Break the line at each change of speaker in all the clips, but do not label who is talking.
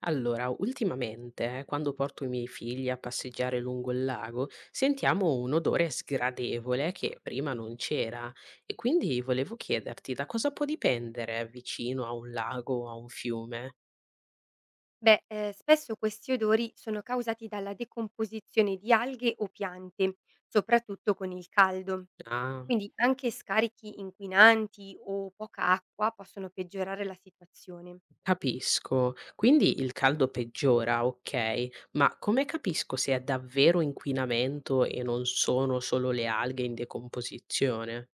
Allora, ultimamente, quando porto i miei figli a passeggiare lungo il lago, sentiamo un odore sgradevole che prima non c'era e quindi volevo chiederti da cosa può dipendere vicino a un lago o a un fiume?
Beh, spesso questi odori sono causati dalla decomposizione di alghe o piante, soprattutto con il caldo.
Ah,
Quindi anche scarichi inquinanti o poca acqua possono peggiorare la situazione.
capisco. Quindi il caldo peggiora, ok, ma come capisco se è davvero inquinamento e non sono solo le alghe in decomposizione?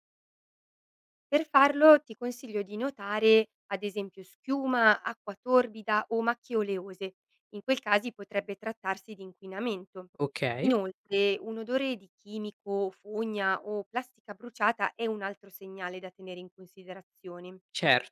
Per farlo ti consiglio di notare ad esempio schiuma, acqua torbida o macchie oleose. In quel caso potrebbe trattarsi di inquinamento.
Ok,
Inoltre, un odore di chimico, fogna o plastica bruciata è un altro segnale da tenere in considerazione.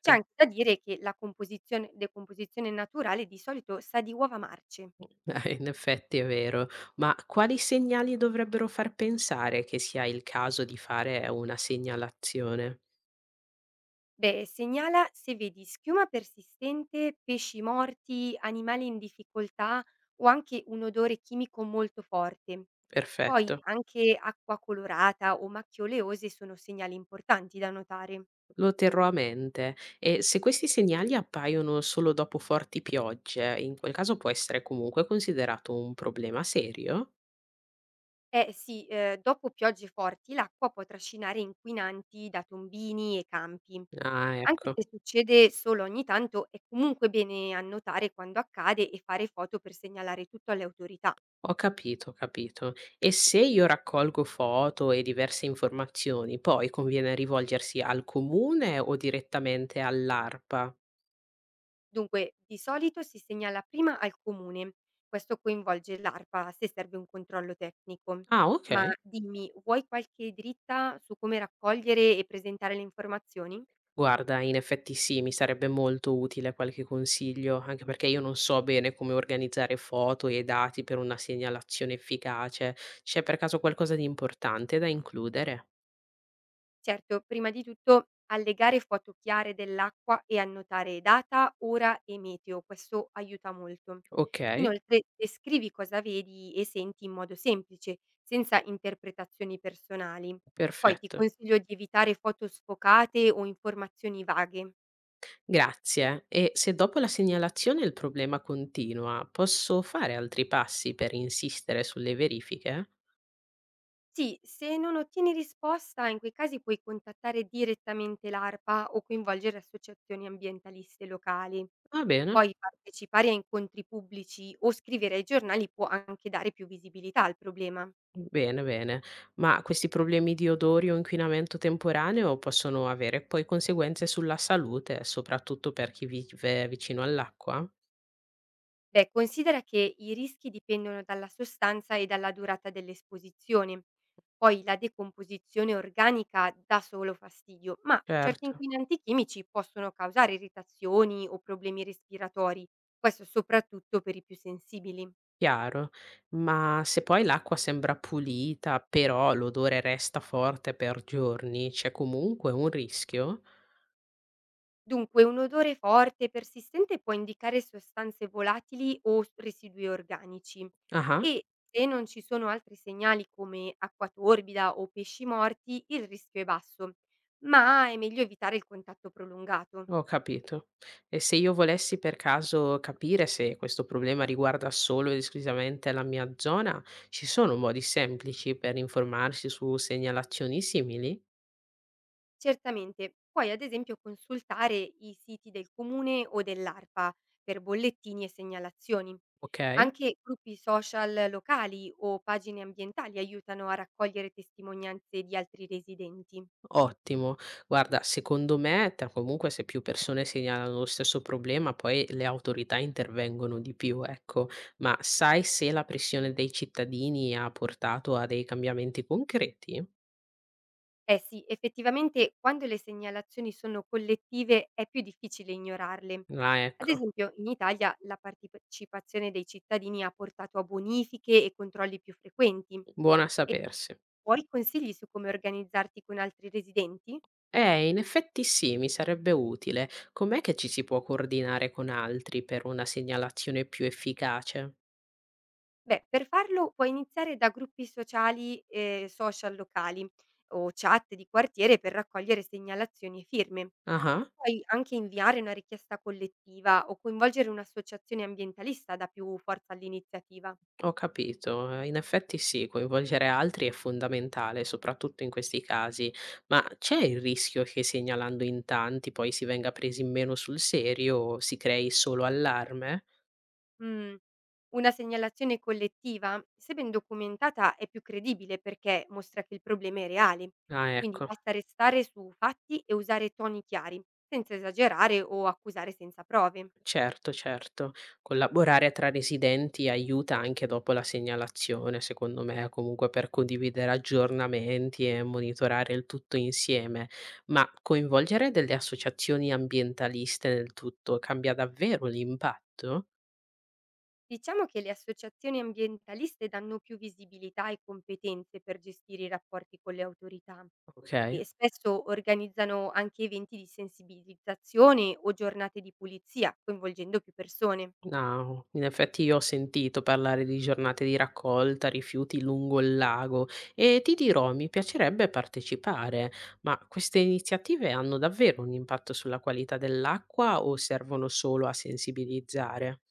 C'è anche da dire che la decomposizione naturale di solito sa di uova marce.
In effetti è vero, ma quali segnali dovrebbero far pensare che sia il caso di fare una segnalazione?
Beh, segnala se vedi schiuma persistente, pesci morti, animali in difficoltà o anche un odore chimico molto forte. Poi
Perfetto,
anche acqua colorata o macchie oleose sono segnali importanti da notare.
lo terrò a mente. E se questi segnali appaiono solo dopo forti piogge, in quel caso può essere comunque considerato un problema serio?
Eh sì, dopo piogge forti l'acqua può trascinare inquinanti da tombini e campi.
Ah,
Anche
ecco.
se succede solo ogni tanto, è comunque bene annotare quando accade e fare foto per segnalare tutto alle autorità.
Ho capito, ho capito. E se io raccolgo foto e diverse informazioni, poi conviene rivolgersi al comune o direttamente all'ARPA?
Dunque, di solito si segnala prima al comune. Questo coinvolge l'ARPA se serve un controllo tecnico.
Ah, ok.
Ma dimmi, vuoi qualche dritta su come raccogliere e presentare le informazioni?
Guarda, in effetti sì, mi sarebbe molto utile qualche consiglio, anche perché io non so bene come organizzare foto e dati per una segnalazione efficace. C'è per caso qualcosa di importante da includere?
Certo, prima di tutto allegare foto chiare dell'acqua e annotare data, ora e meteo, questo aiuta molto.
Ok,
Inoltre, descrivi cosa vedi e senti in modo semplice, senza interpretazioni personali. Poi ti
perfetto.
consiglio di evitare foto sfocate o informazioni vaghe.
Grazie. E se dopo la segnalazione il problema continua, posso fare altri passi per insistere sulle verifiche?
Sì, se non ottieni risposta, in quei casi puoi contattare direttamente l'ARPA o coinvolgere associazioni ambientaliste locali.
Va bene.
Poi partecipare a incontri pubblici o scrivere ai giornali può anche dare più visibilità al problema.
Bene, bene. Ma questi problemi di odori o inquinamento temporaneo possono avere poi conseguenze sulla salute, soprattutto per chi vive vicino all'acqua?
Beh, considera che i rischi dipendono dalla sostanza e dalla durata dell'esposizione. Poi la decomposizione organica dà solo fastidio, ma certi
Certo,
inquinanti chimici possono causare irritazioni o problemi respiratori, questo soprattutto per i più sensibili.
chiaro. Ma se poi l'acqua sembra pulita, però l'odore resta forte per giorni, c'è comunque un rischio?
Dunque, un odore forte e persistente può indicare sostanze volatili o residui organici
Ah.
e se non ci sono altri segnali come acqua torbida o pesci morti, il rischio è basso, ma è meglio evitare il contatto prolungato.
Ho capito. E se io volessi per caso capire se questo problema riguarda solo ed esclusivamente la mia zona, ci sono modi semplici per informarsi su segnalazioni simili?
Certamente, puoi ad esempio consultare i siti del comune o dell'ARPA per bollettini e segnalazioni.
Ok?
Anche gruppi social locali o pagine ambientali aiutano a raccogliere testimonianze di altri residenti.
Ottimo. Guarda, secondo me, comunque, se più persone segnalano lo stesso problema, poi le autorità intervengono di più, ecco. Ma sai se la pressione dei cittadini ha portato a dei cambiamenti concreti?
Eh sì, effettivamente quando le segnalazioni sono collettive è più difficile ignorarle.
Ah,
Ad
ecco,
esempio, in Italia la partecipazione dei cittadini ha portato a bonifiche e controlli più frequenti.
buona sapersi.
Vuoi consigli su come organizzarti con altri residenti?
In effetti sì, mi sarebbe utile. Com'è che ci si può coordinare con altri per una segnalazione più efficace?
Beh, per farlo puoi iniziare da gruppi sociali e social locali o chat di quartiere per raccogliere segnalazioni e firme.
Ah,
Puoi anche inviare una richiesta collettiva o coinvolgere un'associazione ambientalista da più forza all'iniziativa.
ho capito. In effetti sì, coinvolgere altri è fondamentale, soprattutto in questi casi. Ma c'è il rischio che segnalando in tanti poi si venga presi in meno sul serio o si crei solo allarme?
Mhmm, una segnalazione collettiva, se ben documentata, è più credibile perché mostra che il problema è reale.
Ah,
Quindi
ecco.
basta restare su fatti e usare toni chiari, senza esagerare o accusare senza prove.
Certo, certo. Collaborare tra residenti aiuta anche dopo la segnalazione, secondo me, comunque per condividere aggiornamenti e monitorare il tutto insieme, ma coinvolgere delle associazioni ambientaliste nel tutto cambia davvero l'impatto?
Diciamo che le associazioni ambientaliste danno più visibilità e competenze per gestire i rapporti con le autorità
Ok.
e spesso organizzano anche eventi di sensibilizzazione o giornate di pulizia, coinvolgendo più persone.
No, in effetti io ho sentito parlare di giornate di raccolta rifiuti lungo il lago e ti dirò, mi piacerebbe partecipare, ma queste iniziative hanno davvero un impatto sulla qualità dell'acqua o servono solo a sensibilizzare?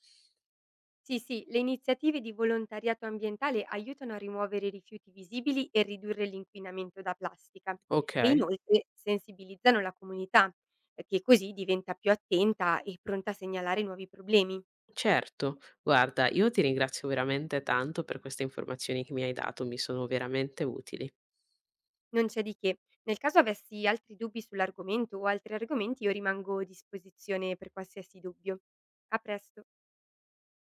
Sì, sì, le iniziative di volontariato ambientale aiutano a rimuovere i rifiuti visibili e ridurre l'inquinamento da plastica
Ok,
e inoltre sensibilizzano la comunità, che così diventa più attenta e pronta a segnalare nuovi problemi.
certo. Guarda, io ti ringrazio veramente tanto per queste informazioni che mi hai dato, mi sono veramente utili.
Non c'è di che. Nel caso avessi altri dubbi sull'argomento o altri argomenti, io rimango a disposizione per qualsiasi dubbio. A presto.